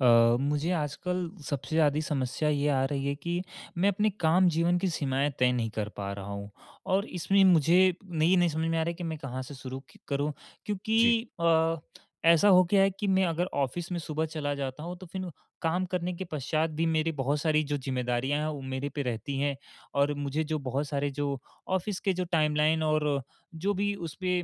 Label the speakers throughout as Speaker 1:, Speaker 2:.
Speaker 1: मुझे आजकल सबसे ज़्यादा समस्या ये आ रही है कि मैं अपने काम जीवन की सीमाएँ तय नहीं कर पा रहा हूँ, और इसमें मुझे नहीं नहीं समझ में आ रहा है कि मैं कहाँ से शुरू क करूँ?
Speaker 2: जी।
Speaker 1: क्योंकि ऐसा हो गया है कि मैं अगर ऑफ़िस में सुबह चला जाता हूँ, तो फिर काम करने के पश्चात भी मेरी बहुत सारी जो ज़िम्मेदारियाँ हैं, वो मेरे पे रहती हैं, और मुझे जो बहुत सारे जो ऑफ़िस के जो टाइमलाइन और जो भी उसपे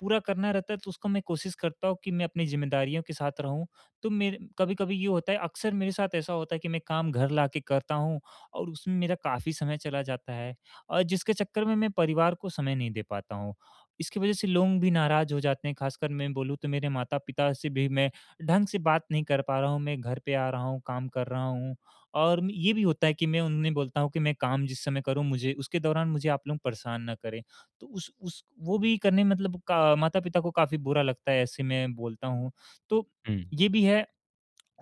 Speaker 1: पूरा करना रहता है, तो उसको मैं कोशिश करता हूँ कि मैं अपनी ज़िम्मेदारियों के साथ रहूँ। तो मेरे कभी-कभी ये होता है, अक्सर मेरे साथ ऐसा होता है कि मैं काम घर लाके करता हूँ, और उसमें मेरा काफ़ी समय चला जाता है, और जिसके चक्कर में मैं परिवार को समय नहीं दे पाता हूँ। इसकी वज़ह से लोग भी नाराज़ हो जाते हैं, ख़ासकर मैं बोलूँ तो मेरे माता-पिता से भी मैं ढंग से बात नहीं कर पा रहा हूँ, मैं घर पे आ रहा हूँ, काम कर रहा हूँ, और ये भी होता है कि मैं उन्हें बोलता हूँ कि मैं काम जिस समय करूँ, मुझे उसके दौरान मुझे आप लोग परेशान ना करें। तो उस वो भी करने में मतलब का माता-पिता को काफ़ी बुरा लगता है, ऐसे मैं बोलता हूँ। तो
Speaker 2: हुँ।
Speaker 1: ये भी है।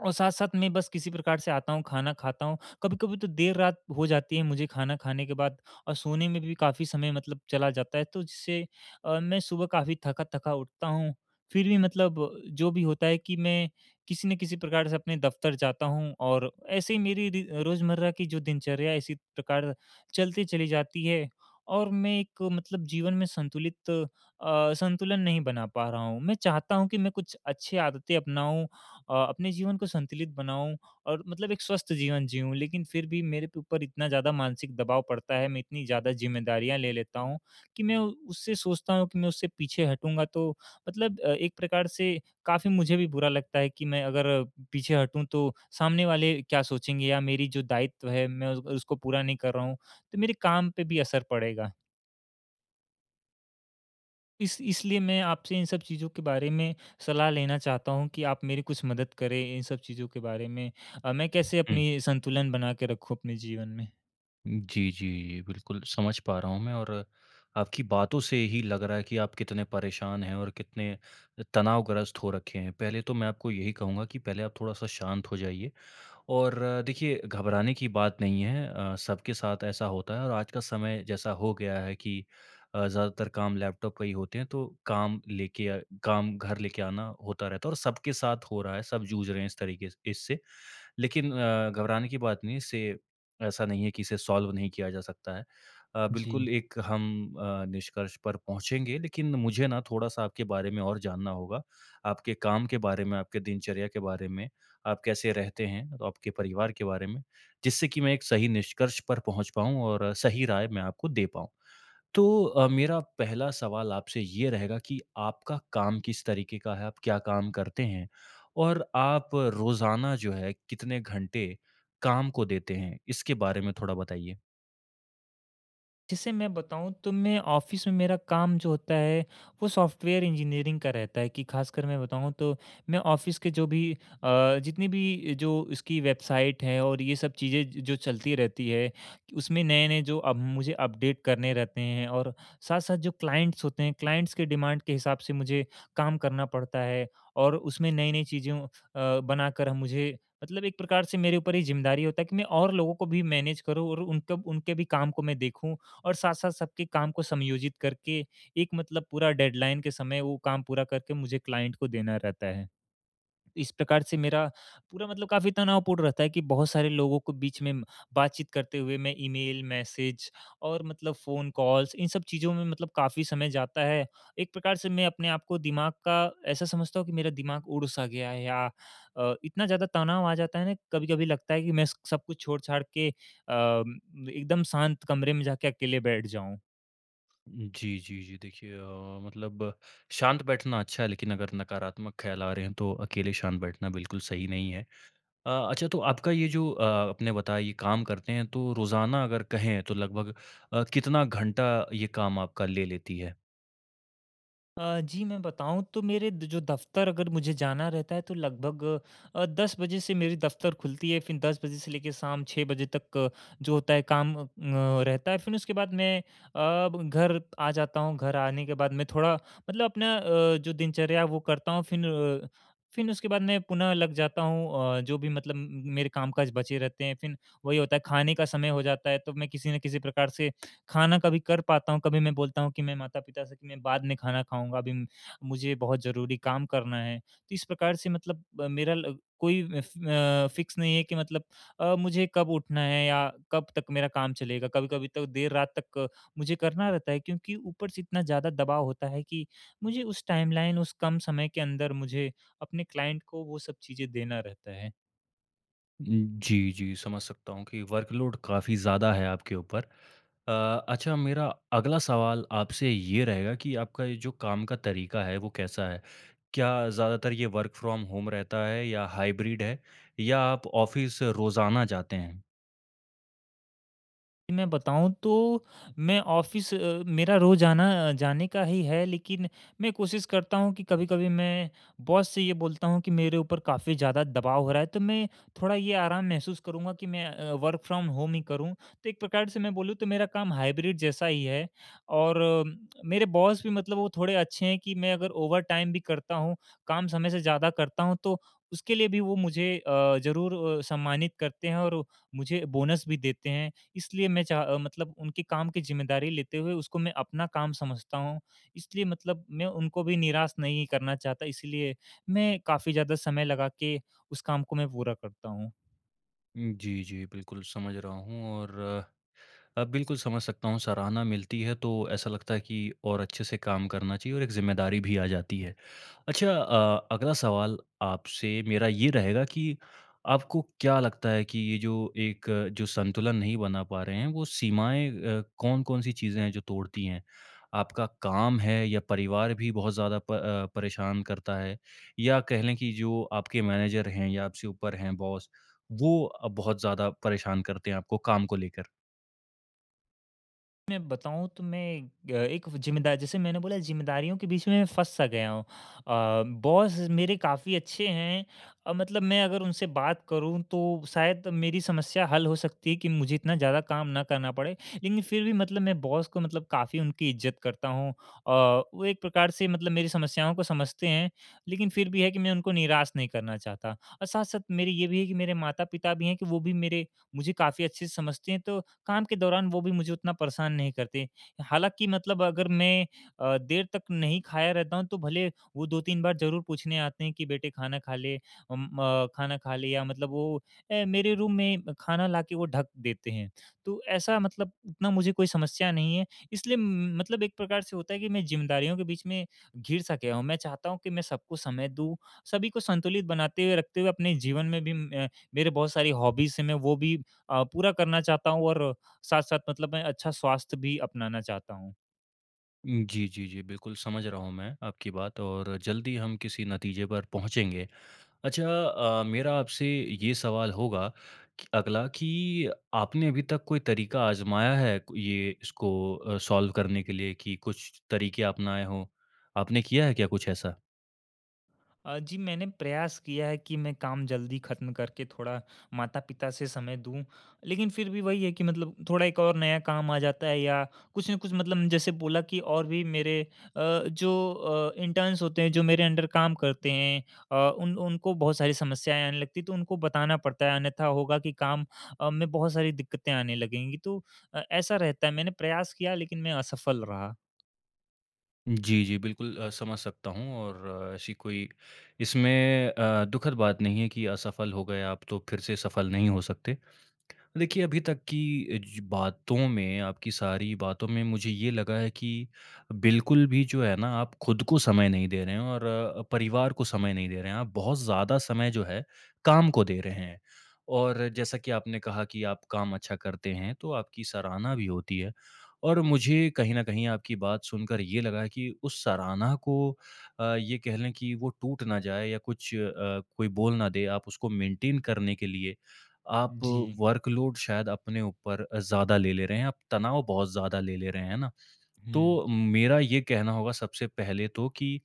Speaker 1: और साथ-साथ मैं बस किसी प्रकार से आता हूँ, खाना खाता हूँ। कभी-कभी तो देर रात हो जाती है मुझे खाना खाने के बाद, और सोने में भी काफ़ी समय मतलब चला जाता है, तो जिससे मैं सुबह काफ़ी थका-थका उठता हूँ। फिर भी मतलब जो भी होता है कि मैं किसी न किसी प्रकार से अपने दफ़्तर जाता हूँ, और ऐसे ही मेरी रि रोज़मर्रा की जो दिनचर्या है, इसी प्रकार चलती चली जाती है। और मैं एक मतलब जीवन में संतुलन नहीं बना पा रहा हूँ। मैं चाहता हूँ कि मैं कुछ अच्छी आदतें अपनाऊँ, अपने जीवन को संतुलित बनाऊँ, और मतलब एक स्वस्थ जीवन जीऊँ। लेकिन फिर भी मेरे पे ऊपर इतना ज़्यादा मानसिक दबाव पड़ता है, मैं इतनी ज़्यादा ज़िम्मेदारियाँ ले लेता हूँ कि मैं उससे सोचता हूँ कि मैं उससे पीछे हटूँगा तो मतलब एक प्रकार से काफ़ी मुझे भी बुरा लगता है कि मैं अगर पीछे हटूँ तो सामने वाले क्या सोचेंगे, या मेरी जो दायित्व है मैं उस उसको पूरा नहीं कर रहा हूँ, तो मेरे काम पे भी असर पड़ेगा। इस इसलिए मैं आपसे इन सब चीज़ों के बारे में सलाह लेना चाहता हूँ कि आप मेरी कुछ मदद करें इन सब चीज़ों के बारे में। मैं कैसे
Speaker 2: हुँ।
Speaker 1: अपनी संतुलन बना के रखूँ अपने जीवन में?
Speaker 2: जी, जी, जी, बिल्कुल समझ पा रहा हूँ मैं और आपकी बातों से ही लग रहा है कि आप कितने परेशान हैं और कितने तनावग्रस्त हो रखे हैं। पहले तो मैं आपको यही कहूँगा कि पहले आप थोड़ा-सा शांत हो जाइए और देखिए घबराने की बात नहीं है। सबके साथ ऐसा होता है और आज का समय जैसा हो गया है कि ज़्यादातर काम लैपटॉप पे ही होते हैं, तो काम घर लेके आना होता रहता है और सबके साथ हो रहा है, सब जूझ रहे हैं इस तरीके से इससे। लेकिन घबराने की बात नहीं इससे। ऐसा नहीं है कि इसे सॉल्व नहीं किया जा सकता है। बिल्कुल
Speaker 1: जी।
Speaker 2: एक हम निष्कर्ष पर पहुंचेंगे, लेकिन मुझे ना थोड़ा सा आपके बारे में और जानना होगा, आपके काम के बारे में, आपके दिनचर्या के बारे में, आप कैसे रहते हैं और आपके परिवार के बारे में, जिससे कि मैं एक सही निष्कर्ष पर पहुँच पाऊँ और सही राय मैं आपको दे पाऊँ। तो मेरा पहला सवाल आपसे ये रहेगा कि आपका काम किस तरीके का है? आप क्या काम करते हैं? और आप रोज़ाना जो है कितने घंटे काम को देते हैं? इसके बारे में थोड़ा बताइए।
Speaker 1: जैसे मैं बताऊँ तो मैं ऑफ़िस में मेरा काम जो होता है, वो सॉफ्टवेयर इंजीनियरिंग का रहता है, कि ख़ासकर मैं बताऊँ तो मैं ऑफ़िस के जो भी जितनी भी जो उसकी वेबसाइट है और ये सब चीज़ें ज जो चलती रहती है, कि उसमें नए-नए जो अब मुझे अपडेट करने रहते हैं, और साथ-साथ जो क्लाइंट्स होते हैं, क्लाइंट्स के डिमांड के हिसाब से मुझे काम करना पड़ता है, और उसमें नई-नई चीज़ें बनाकर हम मुझे मतलब एक प्रकार से मेरे ऊपर ही ज़िम्मेदारी होता है कि मैं और लोगों को भी मैनेज करूँ, और उनका उनके भी काम को मैं देखूँ, और साथ-साथ सबके काम को समयोजित करके एक मतलब पूरा डेडलाइन के समय वो काम पूरा करके मुझे क्लाइंट को देना रहता है। इस प्रकार से मेरा पूरा मतलब काफ़ी तनावपूर्ण रहता है कि बहुत सारे लोगों को बीच में बातचीत करते हुए मैं ईमेल, मैसेज, और मतलब फ़ोन कॉल्स, इन सब चीज़ों में मतलब काफ़ी समय जाता है। एक प्रकार से मैं अपने आप को दिमाग का ऐसा समझता हूँ कि मेरा दिमाग उड़-सा गया है, या इतना ज़्यादा तनाव आ जाता है ना, कभी-कभी लगता है कि मैं सब कुछ छोड़-छाड़ के एकदम शांत कमरे में जाके अकेले बैठ जाऊँ।
Speaker 2: जी, जी, जी। देखिए मतलब शांत बैठना अच्छा है, लेकिन अगर नकारात्मक ख़्याल आ रहे हैं, तो अकेले शांत बैठना बिल्कुल सही नहीं है। अच्छा, तो आपका ये जो आपने बताया ये काम करते हैं, तो रोज़ाना अगर कहें तो लगभग कितना घंटा ये काम आपका ले लेती है?
Speaker 1: जी, मैं बताऊँ तो मेरे द जो दफ़्तर अगर मुझे जाना रहता है तो लगभग 10 बजे से मेरी दफ़्तर खुलती है, फिर 10 बजे से लेके शाम 6 बजे तक जो होता है काम रहता है। फिर उसके बाद मैं अब घर आ जाता हूँ, घर आने के बाद मैं थोड़ा मतलब अपना जो दिनचर्या है वो करता हूँ, फिर अ, फिर उसके बाद मैं पुनः लग जाता हूँ जो भी मतलब मेरे कामकाज बचे रहते हैं, फिर वही होता है, खाने का समय हो जाता है, तो मैं किसी न किसी प्रकार से खाना कभी कर पाता हूँ, कभी मैं बोलता हूँ कि मैं माता-पिता से कि मैं बाद में खाना खाऊँगा, अभी म मुझे बहुत ज़रूरी काम करना है। तो इस प्रकार से मतलब मेरा ल कोई फ़िक्स नहीं है कि मतलब मुझे कब उठना है या कब तक मेरा काम चलेगा। कभी-कभी तो देर रात तक मुझे करना रहता है, क्योंकि ऊपर से इतना ज़्यादा दबाव होता है कि मुझे उस टाइमलाइन, उस कम समय के अंदर मुझे अपने क्लाइंट को वो सब चीज़ें देना रहता है।
Speaker 2: जी, जी, समझ सकता हूँ कि वर्कलोड काफ़ी ज़्यादा है आपके ऊपर। अ, अच्छा, मेरा अगला सवाल आपसे ये रहेगा कि आपका ये जो काम का तरीका है वो कैसा है? क्या ज़्यादातर ये वर्क फ्रॉम होम रहता है या हाइब्रिड है? या आप ऑफ़िस रोज़ाना जाते हैं?
Speaker 1: मैं बताऊँ तो मैं ऑफ़िस मेरा रोज़ाना जाने का ही है, लेकिन मैं कोशिश करता हूँ कि कभी-कभी मैं बॉस से ये बोलता हूँ कि मेरे ऊपर काफ़ी ज़्यादा दबाव हो रहा है, तो मैं थोड़ा ये आराम महसूस करूँगा कि मैं वर्क फ्रॉम होम ही करूँ। तो एक प्रकार से मैं बोलूँ तो मेरा काम हाइब्रिड जैसा ही है, और मेरे बॉस भी मतलब वो थोड़े अच्छे हैं कि मैं अगर ओवरटाइम भी करता हूँ, काम समय से ज़्यादा करता हूँ, तो उसके लिए भी वो मुझे ज़रूर सम्मानित करते हैं, और मुझे बोनस भी देते हैं। इसलिए मैं मतलब उनके काम की ज़िम्मेदारी लेते हुए उसको मैं अपना काम समझता हूँ। इसलिए मतलब मैं उनको भी निराश नहीं करना चाहता, इसलिए मैं काफ़ी ज़्यादा समय लगा के उस काम को मैं पूरा करता हूँ।
Speaker 2: जी, जी, बिल्कुल समझ रहा हूँ और अब बिल्कुल समझ सकता हूँ, सराहना मिलती है तो ऐसा लगता है कि और अच्छे से काम करना चाहिए और एक जिम्मेदारी भी आ जाती है। अच्छा, अगला सवाल आपसे मेरा ये रहेगा कि आपको क्या लगता है कि ये जो एक जो संतुलन नहीं बना पा रहे हैं, वो सीमाएँ कौन-कौन सी चीज़ें हैं जो तोड़ती हैं? आपका काम है या परिवार भी बहुत ज़्यादा परेशान करता है? या कह लें कि जो आपके मैनेजर हैं या आपसे ऊपर हैं बॉस, वो बहुत ज़्यादा परेशान करते हैं आपको काम को लेकर?
Speaker 1: मैं बताऊँ तो मैं एक ज़िम्मेदार, जैसे मैंने बोला ज़िम्मेदारियों के बीच में मैं फँस सा गया हूँ। बॉस मेरे काफ़ी अच्छे हैं, मतलब मैं अगर उनसे बात करूँ तो शायद मेरी समस्या हल हो सकती है कि मुझे इतना ज़्यादा काम ना करना पड़े। लेकिन फिर भी मतलब मैं बॉस को मतलब काफ़ी उनकी इज़्ज़त करता हूँ। वो एक प्रकार से मतलब मेरी समस्याओं को समझते हैं, लेकिन फिर भी है कि मैं उनको निराश नहीं करना चाहता। और साथ-साथ मेरी ये भी है कि मेरे माता-पिता भी हैं कि वो भी मेरे मुझे काफ़ी अच्छे से समझते हैं, तो काम के दौरान वो भी मुझे उतना परेशान नहीं करते। हालाँकि मतलब अगर मैं देर तक नहीं खाया रहता हूँ, तो भले वो 2-3 बार ज़रूर पूछने आते हैं कि बेटे खाना खा ले, खाना खा ले, या मतलब वो मेरे रूम में खाना लाके वो ढक देते हैं। तो ऐसा मतलब उतना मुझे कोई समस्या नहीं है। इसलिए म मतलब एक प्रकार से होता है कि मैं ज़िम्मेदारियों के बीच में घिर-सा गया हूँ। मैं चाहता हूँ कि मैं सबको समय दूँ, सभी को संतुलित बनाते हुए रखते हुए अपने जीवन में भी मेरे बहुत सारी हॉबीज़ हैं, मैं वो भी पूरा करना चाहता हूँ, और साथ-साथ मतलब मैं अच्छा स्वास्थ्य भी अपनाना चाहता हूँ।
Speaker 2: जी, जी, जी। बिल्कुल, समझ रहा हूँ मैं आपकी बात और जल्दी हम किसी नतीजे पर पहुँचेंगे। अच्छा, मेरा आपसे ये सवाल होगा कि अगला कि आपने अभी तक कोई तरीका आज़माया है ये इसको सॉल्व करने के लिए कि कुछ तरीके अपनाए हों? आपने किया है क्या कुछ ऐसा?
Speaker 1: जी, मैंने प्रयास किया है कि मैं काम जल्दी ख़त्म करके थोड़ा माता-पिता से समय दूँ, लेकिन फिर भी वही है कि मतलब थोड़ा एक और नया काम आ जाता है, या कुछ न कुछ मतलब जैसे बोला कि और भी मेरे जो इंटर्न्स होते हैं, जो मेरे अंडर काम करते हैं, उन उनको बहुत सारी समस्याएँ आने लगती हैं, तो उनको बताना पड़ता है, अन्यथा होगा कि काम में बहुत सारी दिक्कतें आने लगेंगी। तो ऐसा रहता है, मैंने प्रयास किया लेकिन मैं असफल रहा।
Speaker 2: जी, जी, बिल्कुल समझ सकता हूँ और ऐसी कोई इसमें दुखद बात नहीं है कि असफल हो गए आप तो फिर से सफल नहीं हो सकते। देखिए, अभी तक की ज बातों में, आपकी सारी बातों में मुझे ये लगा है कि बिल्कुल भी जो है ना आप खुद को समय नहीं दे रहे हैं और परिवार को समय नहीं दे रहे हैं। आप बहुत ज़्यादा समय जो है काम को दे रहे हैं। और जैसा कि आपने कहा कि आप काम अच्छा करते हैं, तो आपकी सराहना भी होती है। और मुझे कहीं न कहीं आपकी बात सुनकर ये लगा है कि उस सराहना को ये कह लें कि वो टूट ना जाए या कुछ कोई बोल ना दे, आप उसको मेंटेन करने के लिए आप
Speaker 1: जी।
Speaker 2: वर्कलोड शायद अपने ऊपर ज़्यादा ले ले रहे हैं, आप तनाव बहुत ज़्यादा ले ले रहे हैं, है ना?
Speaker 1: हुँ।
Speaker 2: तो मेरा ये कहना होगा सबसे पहले तो कि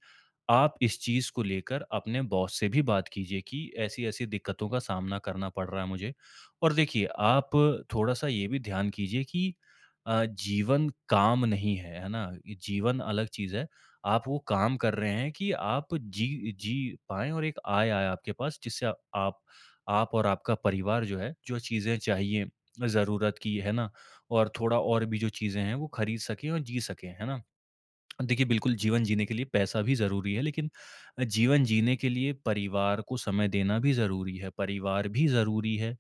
Speaker 2: आप इस चीज़ को लेकर अपने बॉस से भी बात कीजिए कि ऐसी-ऐसी दिक्कतों का सामना करना पड़ रहा है मुझे। और देखिए, आप थोड़ा-सा ये भी ध्यान कीजिए कि जीवन काम नहीं है, है ना? ये जीवन अलग चीज़ है। आप वो काम कर रहे हैं कि आप जी जी पाएँ और एक आय आए आपके पास, जिससे आ आप आप और आपका परिवार जो है, जो चीज़ें चाहिए ज़रूरत की, है ना? और थोड़ा और भी जो चीज़ें हैं, वो खरीद सकें और जी सकें, है ना? देखिए, बिल्कुल जीवन जीने के लिए पैसा भी ज़रूरी है, लेकिन जीवन जीने के लिए परिवार को समय देना भी ज़रूरी है, परिवार भी ज़रूरी है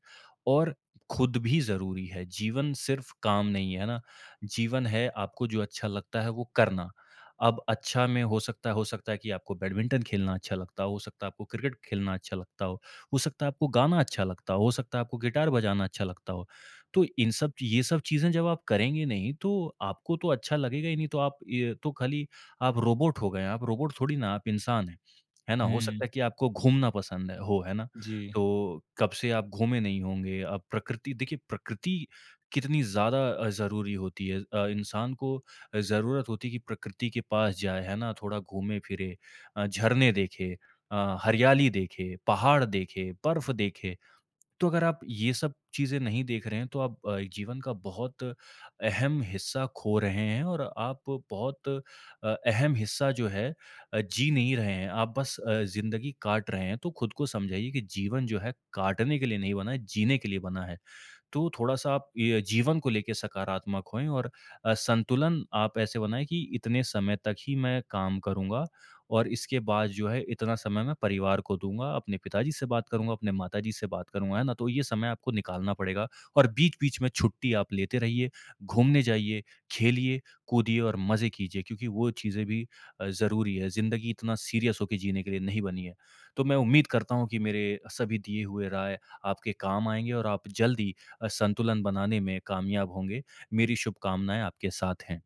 Speaker 2: और खुद भी ज़रूरी है। जीवन सिर्फ़ काम नहीं है, है ना? जीवन है आपको जो अच्छा लगता है वो करना। अब अच्छा में हो सकता है कि आपको बैडमिंटन खेलना अच्छा लगता हो सकता है आपको क्रिकेट खेलना अच्छा लगता हो सकता है आपको गाना अच्छा लगता हो सकता है आपको गिटार बजाना अच्छा लगता हो। तो इन सब ये सब चीज़ें जब आप करेंगे नहीं, तो आपको तो अच्छा लगेगा ही नहीं, तो आप ये तो खाली आप रोबोट हो गए हैं, आप रोबोट थोड़ी ना, आप इंसान हैं। है ना? हो
Speaker 1: हुँ,
Speaker 2: सकता है कि आपको घूमना पसंद है हो, है ना?
Speaker 1: जी।
Speaker 2: तो कब से आप घूमे नहीं होंगे, अब प्रकृति कितनी ज़्यादा ज़रूरी होती है। इंसान को ज़रूरत होती है कि प्रकृति के पास जाए, है ना? थोड़ा घूमे-फिरे, झरने देखे, हरियाली देखे, पहाड़ देखे, बर्फ देखे। तो अगर आप ये सब चीज़ें नहीं देख रहे हैं तो आप जीवन का बहुत अहम हिस्सा खो रहे हैं और आप बहुत अहम हिस्सा जो है जी नहीं रहे हैं, आप बस ज़िंदगी काट रहे हैं, तो खुद को समझाइए कि जीवन जो है काटने के लिए नहीं बना है, जीने के लिए बना है। तो थोड़ा-सा आप ये जीवन को लेके सकारात्मक होएँ और संतुलन आप ऐसे बनाएँ कि इतने समय तक ही मैं काम करूँगा और इसके बाद जो है इतना समय मैं परिवार को दूँगा, अपने पिताजी से बात करूँगा, अपने माताजी से बात करूँगा, है ना? तो ये समय आपको निकालना पड़ेगा और बीच-बीच में छुट्टी आप लेते रहिए, घूमने जाइए, खेलिए, कूदिए और मज़े कीजिए, क्योंकि वो चीज़ें भी ज़रूरी है। ज़िंदगी इतना सीरियस होके जीने के लिए नहीं बनी है। तो मैं उम्मीद करता हूँ कि मेरे सभी दिए हुए राय आपके काम आएँगे और आप जल्द ही संतुलन बनाने में कामयाब होंगे। मेरी शुभकामनाएँ आपके साथ हैं।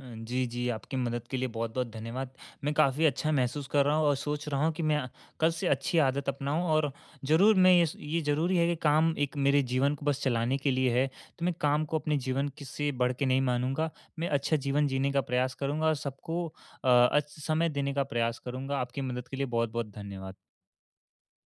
Speaker 1: जी, जी, आपकी मदद के लिए बहुत-बहुत धन्यवाद। मैं काफ़ी अच्छा महसूस कर रहा हूँ, और सोच रहा हूँ कि मैं कल से अच्छी आदत अपनाऊँ, और ज़रूर मैं ये ज़रूरी है कि काम एक मेरे जीवन को बस चलाने के लिए है, तो मैं काम को अपने जीवन की से बढ़ के नहीं मानूँगा। मैं अच्छा जीवन जीने का प्रयास करूँगा, और सबको अच समय देने का प्रयास करूँगा। आपकी मदद के लिए बहुत-बहुत धन्यवाद।